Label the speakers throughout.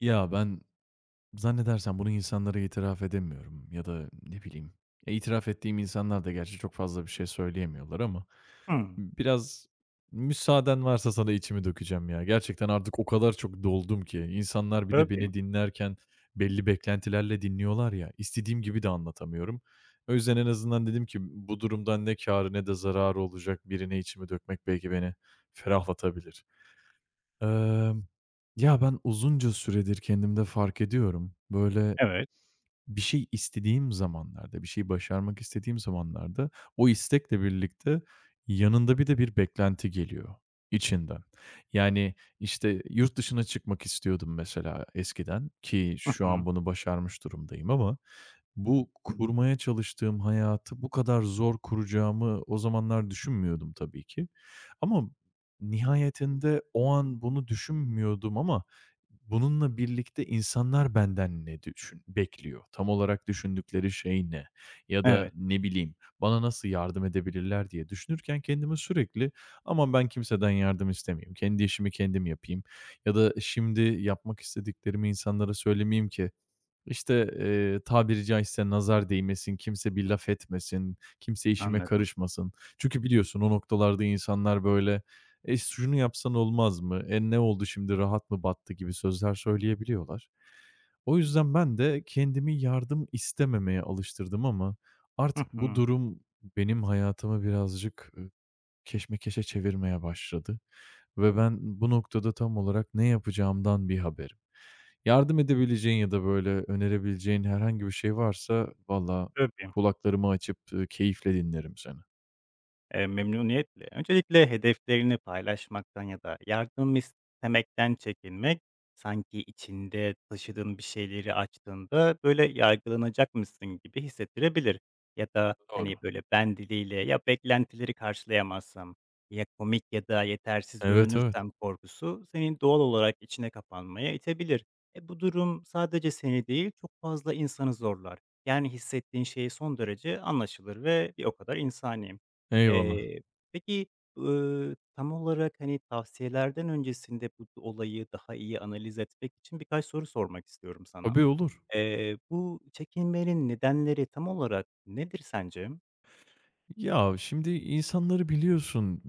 Speaker 1: Ya, ben zannedersem bunu insanlara itiraf edemiyorum ya da ne bileyim, ya, itiraf ettiğim insanlar da gerçi çok fazla bir şey söyleyemiyorlar ama
Speaker 2: Hımm.
Speaker 1: biraz müsaaden varsa sana içimi dökeceğim ya. Gerçekten artık o kadar çok doldum ki insanlar bir de
Speaker 2: Tabii.
Speaker 1: beni dinlerken belli beklentilerle dinliyorlar ya, istediğim gibi de anlatamıyorum. O yüzden en azından dedim ki bu durumdan ne kârı ne de zararı olacak birine içimi dökmek belki beni ferahlatabilir. Emm, ya, ben uzunca süredir kendimde fark ediyorum. Böyle
Speaker 2: Evet.
Speaker 1: bir şey istediğim zamanlarda, bir şey başarmak istediğim zamanlarda o istekle birlikte yanında bir de bir beklenti geliyor içinden. Yani, işte, yurt dışına çıkmak istiyordum mesela eskiden ki
Speaker 2: Hı
Speaker 1: şu
Speaker 2: hı.
Speaker 1: an bunu başarmış durumdayım ama bu kurmaya çalıştığım hayatı bu kadar zor kuracağımı o zamanlar düşünmüyordum tabii ki. Ama nihayetinde o an bunu düşünmüyordum ama bununla birlikte insanlar benden ne düşün bekliyor? Tam olarak düşündükleri şey ne? Ya da
Speaker 2: Evet,
Speaker 1: ne bileyim bana nasıl yardım edebilirler diye düşünürken kendimi sürekli aman ben kimseden yardım istemeyeyim. Kendi işimi kendim yapayım. Ya da şimdi yapmak istediklerimi insanlara söylemeyeyim ki işte, tabiri caizse nazar değmesin, kimse bir laf etmesin, kimse işime
Speaker 2: anladım.
Speaker 1: karışmasın. Çünkü biliyorsun o noktalarda insanlar böyle, "E, şunu yapsan olmaz mı? E, ne oldu şimdi rahat mı battı?" gibi sözler söyleyebiliyorlar. O yüzden ben de kendimi yardım istememeye alıştırdım ama
Speaker 2: Hı
Speaker 1: artık bu
Speaker 2: hı.
Speaker 1: durum benim hayatımı birazcık, keşmekeşe çevirmeye başladı ve ben bu noktada tam olarak ne yapacağımdan bir haberim. Yardım edebileceğin ya da böyle önerebileceğin herhangi bir şey varsa valla
Speaker 2: Tabii.
Speaker 1: kulaklarımı açıp, keyifle dinlerim seni.
Speaker 2: Memnuniyetle. Öncelikle hedeflerini paylaşmaktan ya da yardım istemekten çekinmek, sanki içinde taşıdığın bir şeyleri açtığında, böyle, yargılanacakmışsın gibi hissettirebilir. Ya da, hani,
Speaker 1: Doğru.
Speaker 2: böyle, ben diliyle, "Ya beklentileri karşılayamazsam, ya komik ya da yetersiz
Speaker 1: Evet, evet.
Speaker 2: görünürsem" korkusu seni doğal olarak içine kapanmaya itebilir. E, bu durum sadece seni değil, çok fazla insanı zorlar. Yani hissettiğin şey son derece anlaşılır ve bir o kadar insani.
Speaker 1: Eyvallah.
Speaker 2: Eee, peki, tam olarak, hani, tavsiyelerden öncesinde bu olayı daha iyi analiz etmek için birkaç soru sormak istiyorum sana.
Speaker 1: Tabii, olur.
Speaker 2: Bu çekinmenin nedenleri tam olarak nedir sence?
Speaker 1: Ya, şimdi insanları biliyorsun.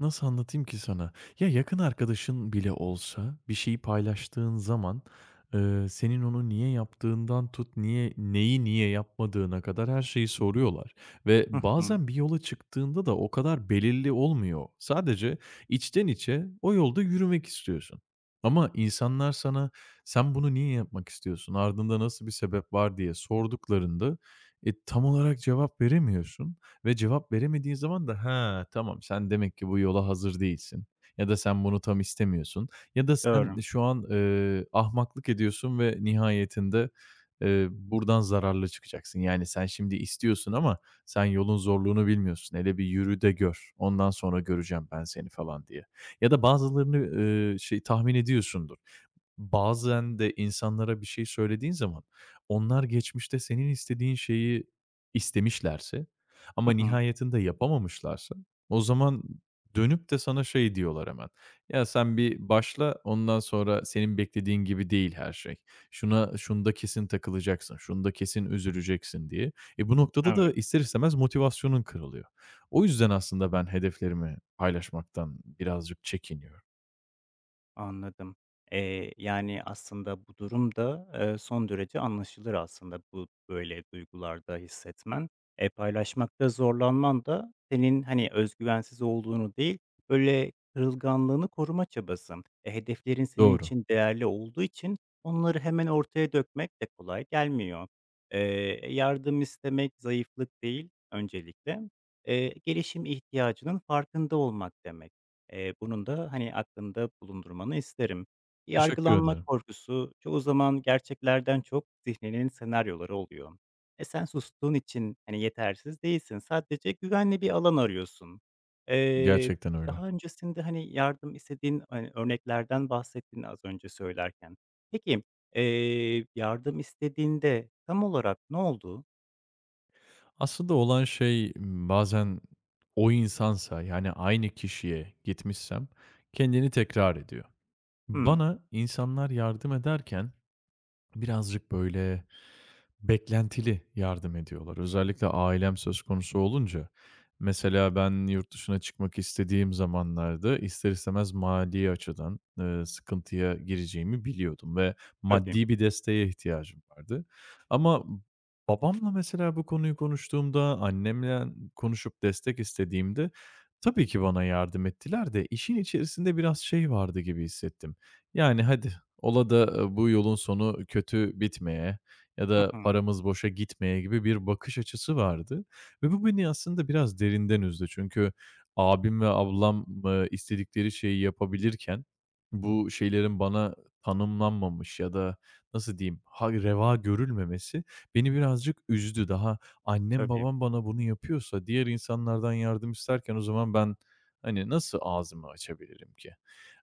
Speaker 1: Nasıl anlatayım ki sana? Ya, yakın arkadaşın bile olsa bir şeyi paylaştığın zaman, senin onu niye yaptığından tut, niye neyi niye yapmadığına kadar her şeyi soruyorlar ve
Speaker 2: Hı hı.
Speaker 1: bazen bir yola çıktığında da o kadar belirli olmuyor. Sadece içten içe o yolda yürümek istiyorsun. Ama insanlar sana "Sen bunu niye yapmak istiyorsun? Ardında nasıl bir sebep var?" diye sorduklarında, e, tam olarak cevap veremiyorsun ve cevap veremediğin zaman da, "Ha, tamam sen demek ki bu yola hazır değilsin." ya da "Sen bunu tam istemiyorsun." ya da "Sen
Speaker 2: Doğru.
Speaker 1: şu an, ahmaklık ediyorsun ve nihayetinde, buradan zararlı çıkacaksın." Yani sen şimdi istiyorsun ama sen yolun zorluğunu bilmiyorsun. "Hele bir yürü de gör, ondan sonra göreceğim ben seni." falan diye. Ya da bazılarını, şey tahmin ediyorsundur. Bazen de insanlara bir şey söylediğin zaman onlar geçmişte senin istediğin şeyi istemişlerse
Speaker 2: Hı
Speaker 1: ama
Speaker 2: hı.
Speaker 1: nihayetinde yapamamışlarsa o zaman dönüp de sana şey diyorlar hemen. "Ya, sen bir başla, ondan sonra senin beklediğin gibi değil her şey. Şuna şunda kesin takılacaksın, şunda kesin üzüleceksin." diye. E, bu noktada
Speaker 2: Evet.
Speaker 1: da ister istemez motivasyonun kırılıyor. O yüzden aslında ben hedeflerimi paylaşmaktan birazcık çekiniyorum.
Speaker 2: Anladım. Yani, aslında bu durum da, son derece anlaşılır aslında bu böyle duygularda hissetmen. E, paylaşmakta zorlanman da senin, hani, özgüvensiz olduğunu değil, böyle kırılganlığını koruma çabası. E, hedeflerin senin
Speaker 1: Doğru.
Speaker 2: için değerli olduğu için onları hemen ortaya dökmek de kolay gelmiyor. Yardım istemek zayıflık değil öncelikle, gelişim ihtiyacının farkında olmak demek. Bunun da, hani, aklında bulundurmanı isterim.
Speaker 1: Teşekkür
Speaker 2: Yargılanma
Speaker 1: ederim.
Speaker 2: korkusu çoğu zaman gerçeklerden çok zihninin senaryoları oluyor. E, sen sustuğun için, hani, yetersiz değilsin. Sadece güvenli bir alan arıyorsun. Eee,
Speaker 1: Gerçekten öyle.
Speaker 2: Daha öncesinde, hani, yardım istediğin, hani, örneklerden bahsettin az önce söylerken. Peki, yardım istediğinde tam olarak ne oldu?
Speaker 1: Aslında olan şey m, bazen o insansa yani aynı kişiye gitmişsem kendini tekrar ediyor.
Speaker 2: Hımm,
Speaker 1: Bana insanlar yardım ederken birazcık, böyle, beklentili yardım ediyorlar. Özellikle ailem söz konusu olunca. Mesela ben yurt dışına çıkmak istediğim zamanlarda ister istemez mali açıdan, sıkıntıya gireceğimi biliyordum ve
Speaker 2: tabii.
Speaker 1: maddi bir desteğe ihtiyacım vardı. Ama babamla mesela bu konuyu konuştuğumda, annemle konuşup destek istediğimde tabii ki bana yardım ettiler de işin içerisinde biraz şey vardı gibi hissettim. Yani, hadi ola da, bu yolun sonu kötü bitmeye ya
Speaker 2: Hı
Speaker 1: da
Speaker 2: hı.
Speaker 1: paramız boşa gitmeye gibi bir bakış açısı vardı ve bu beni aslında biraz derinden üzdü. Çünkü abim ve ablam, istedikleri şeyi yapabilirken bu şeylerin bana tanımlanmamış ya da nasıl diyeyim, ha reva görülmemesi beni birazcık üzdü. Daha annem
Speaker 2: Tabii.
Speaker 1: babam bana bunu yapıyorsa diğer insanlardan yardım isterken o zaman ben, hani, nasıl ağzımı açabilirim ki?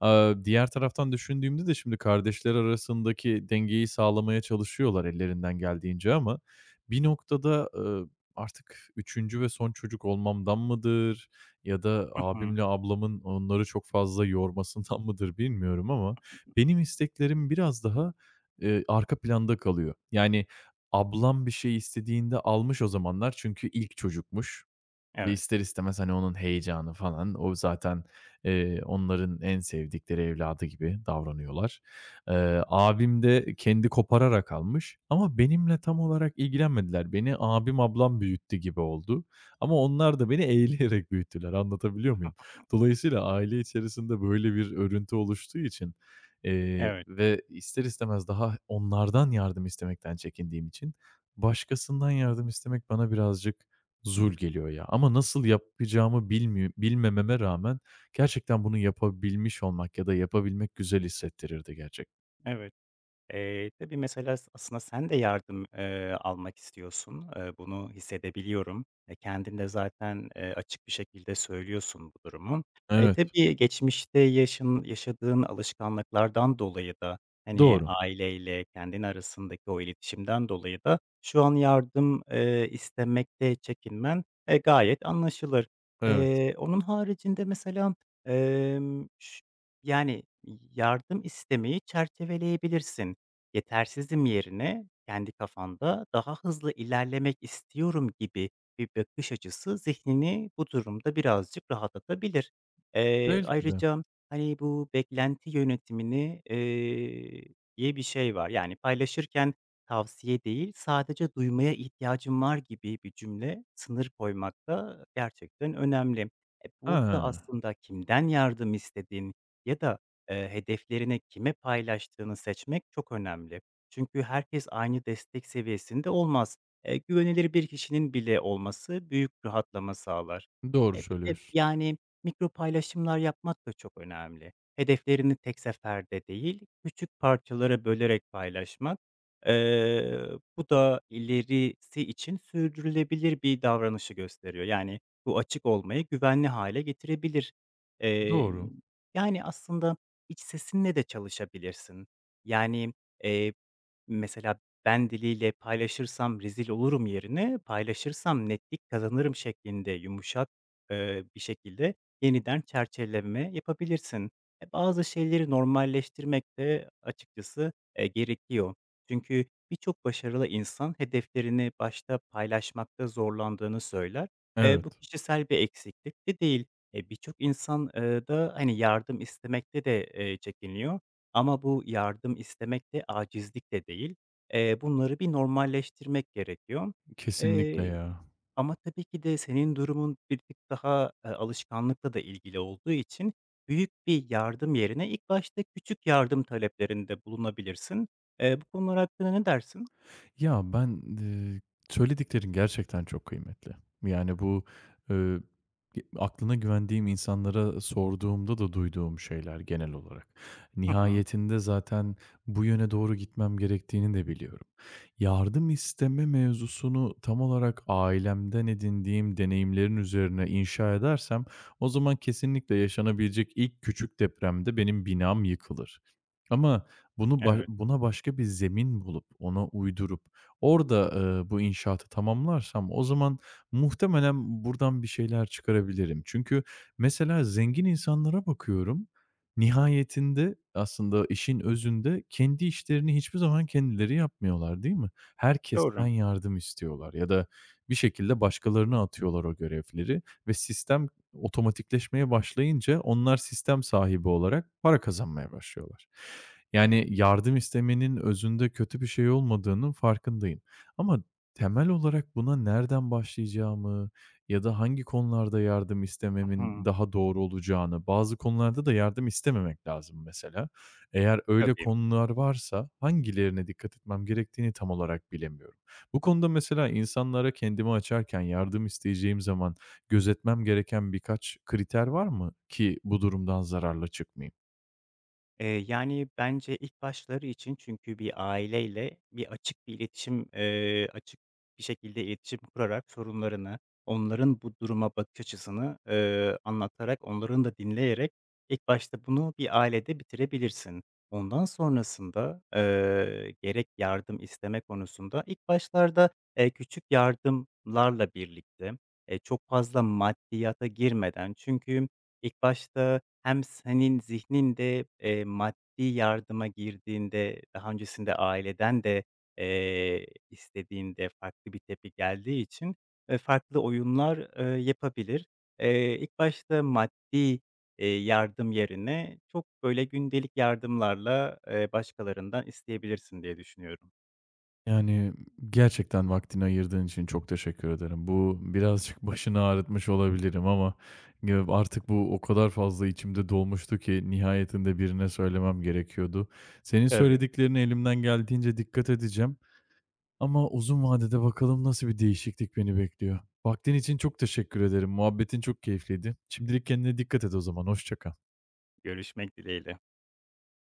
Speaker 1: Aaa, diğer taraftan düşündüğümde de şimdi kardeşler arasındaki dengeyi sağlamaya çalışıyorlar ellerinden geldiğince ama bir noktada, artık üçüncü ve son çocuk olmamdan mıdır ya da
Speaker 2: Hı hı.
Speaker 1: abimle ablamın onları çok fazla yormasından mıdır bilmiyorum ama
Speaker 2: Hı hı.
Speaker 1: benim isteklerim biraz daha, arka planda kalıyor. Yani ablam bir şey istediğinde almış o zamanlar çünkü ilk çocukmuş. Ve
Speaker 2: Evet,
Speaker 1: ister istemez, hani, onun heyecanı falan, o zaten, onların en sevdikleri evladı gibi davranıyorlar. Abim de kendi kopararak almış ama benimle tam olarak ilgilenmediler. Beni abim, ablam büyüttü gibi oldu ama onlar da beni eğleyerek büyüttüler, anlatabiliyor muyum? Dolayısıyla aile içerisinde böyle bir örüntü oluştuğu için,
Speaker 2: evet,
Speaker 1: ve ister istemez daha onlardan yardım istemekten çekindiğim için başkasından yardım istemek bana birazcık zul geliyor ya ama nasıl yapacağımı bilmememe rağmen gerçekten bunu yapabilmiş olmak ya da yapabilmek güzel hissettirirdi gerçek.
Speaker 2: evet. Tabii mesela aslında sen de yardım, almak istiyorsun. Bunu hissedebiliyorum. E, kendin de zaten, açık bir şekilde söylüyorsun bu durumu. E,
Speaker 1: Evet,
Speaker 2: tabii geçmişte yaşadığın alışkanlıklardan dolayı da, hani,
Speaker 1: doğru.
Speaker 2: aileyle kendin arasındaki o iletişimden dolayı da şu an yardım, istemekte çekinmen, gayet anlaşılır.
Speaker 1: Evet,
Speaker 2: Onun haricinde mesela, ş yani, yardım istemeyi çerçeveleyebilirsin. Yetersizim yerine kendi kafanda daha hızlı ilerlemek istiyorum gibi bir bakış açısı zihnini bu durumda birazcık rahatlatabilir.
Speaker 1: belki de.
Speaker 2: Ayrıca, hani, bu beklenti yönetimini, diye bir şey var. Yani paylaşırken tavsiye değil, sadece duymaya ihtiyacım var gibi bir cümle, sınır koymak da gerçekten önemli. E, burada
Speaker 1: Ha,
Speaker 2: aslında kimden yardım istediğin ya da hedeflerini kime paylaştığını seçmek çok önemli. Çünkü herkes aynı destek seviyesinde olmaz. Güvenilir bir kişinin bile olması büyük rahatlama sağlar. E,
Speaker 1: doğru
Speaker 2: bir de
Speaker 1: söylüyorsun.
Speaker 2: yani mikro paylaşımlar yapmak da çok önemli. Hedeflerini tek seferde değil, küçük parçalara bölerek paylaşmak, eee, bu da ilerisi için sürdürülebilir bir davranışı gösteriyor. Yani bu açık olmayı güvenli hale getirebilir. Emm,
Speaker 1: Doğru.
Speaker 2: yani aslında iç sesinle de çalışabilirsin. Yani, eee, mesela "Ben diliyle paylaşırsam rezil olurum" yerine "Paylaşırsam netlik kazanırım" şeklinde yumuşak, bir şekilde yeniden çerçeveleme yapabilirsin. E, bazı şeyleri normalleştirmek de açıkçası, gerekiyor. Çünkü birçok başarılı insan hedeflerini başta paylaşmakta zorlandığını söyler.
Speaker 1: Evet,
Speaker 2: Bu kişisel bir eksiklik de değil. E, birçok insan, da, hani, yardım istemekte de, çekiniyor ama bu yardım istemek de acizlik de değil. Bunları bir normalleştirmek gerekiyor.
Speaker 1: kesinlikle
Speaker 2: Eee,
Speaker 1: ya.
Speaker 2: Ama tabii ki de senin durumun bir tık daha, alışkanlıkla da ilgili olduğu için büyük bir yardım yerine ilk başta küçük yardım taleplerinde bulunabilirsin. Bu konular hakkında ne dersin?
Speaker 1: Ya, ben, söylediklerin gerçekten çok kıymetli. Yani, bu, eee, aklına güvendiğim insanlara sorduğumda da duyduğum şeyler genel olarak.
Speaker 2: Hı hı.
Speaker 1: Nihayetinde zaten bu yöne doğru gitmem gerektiğini de biliyorum. Yardım isteme mevzusunu tam olarak ailemden edindiğim deneyimlerin üzerine inşa edersem o zaman kesinlikle yaşanabilecek ilk küçük depremde benim binam yıkılır. Ama bunu ba
Speaker 2: Evet,
Speaker 1: buna başka bir zemin bulup, ona uydurup, orada, bu inşaatı tamamlarsam o zaman muhtemelen buradan bir şeyler çıkarabilirim. Çünkü mesela zengin insanlara bakıyorum, nihayetinde aslında işin özünde kendi işlerini hiçbir zaman kendileri yapmıyorlar, değil mi? Herkesten
Speaker 2: doğru.
Speaker 1: yardım istiyorlar ya da bir şekilde başkalarına atıyorlar o görevleri ve sistem otomatikleşmeye başlayınca onlar sistem sahibi olarak para kazanmaya başlıyorlar. Yani yardım istemenin özünde kötü bir şey olmadığının farkındayım. Ama temel olarak buna nereden başlayacağımı ya da hangi konularda yardım
Speaker 2: Hı
Speaker 1: istememin
Speaker 2: hı.
Speaker 1: daha doğru olacağını, bazı konularda da yardım istememek lazım mesela. Eğer öyle
Speaker 2: Tabii.
Speaker 1: konular varsa hangilerine dikkat etmem gerektiğini tam olarak bilemiyorum. Bu konuda mesela insanlara kendimi açarken yardım isteyeceğim zaman gözetmem gereken birkaç kriter var mı ki bu durumdan zararla çıkmayayım?
Speaker 2: Yani, bence ilk başları için çünkü bir aileyle bir açık bir iletişim, açık bir şekilde iletişim kurarak sorunlarını, onların bu duruma bakış açısını, anlatarak, onların da dinleyerek ilk başta bunu bir ailede bitirebilirsin. Ondan sonrasında, gerek yardım isteme konusunda ilk başlarda, küçük yardımlarla birlikte, çok fazla maddiyata girmeden çünkü ilk başta hem senin zihnin de, maddi yardıma girdiğinde, daha öncesinde aileden de, istediğinde farklı bir tepki geldiği için, farklı oyunlar, yapabilir. İlk başta maddi, yardım yerine çok böyle gündelik yardımlarla, başkalarından isteyebilirsin diye düşünüyorum.
Speaker 1: Yani, gerçekten vaktini ayırdığın için çok teşekkür ederim. Bu birazcık başını ağrıtmış olabilirim ama ya, artık bu o kadar fazla içimde dolmuştu ki nihayetinde birine söylemem gerekiyordu. Senin
Speaker 2: Tabii,
Speaker 1: söylediklerine elimden geldiğince dikkat edeceğim ama uzun vadede bakalım nasıl bir değişiklik beni bekliyor. Vaktin için çok teşekkür ederim. Muhabbetin çok keyifliydi. Şimdilik kendine dikkat et o zaman. Hoşça kal.
Speaker 2: görüşmek dileğiyle.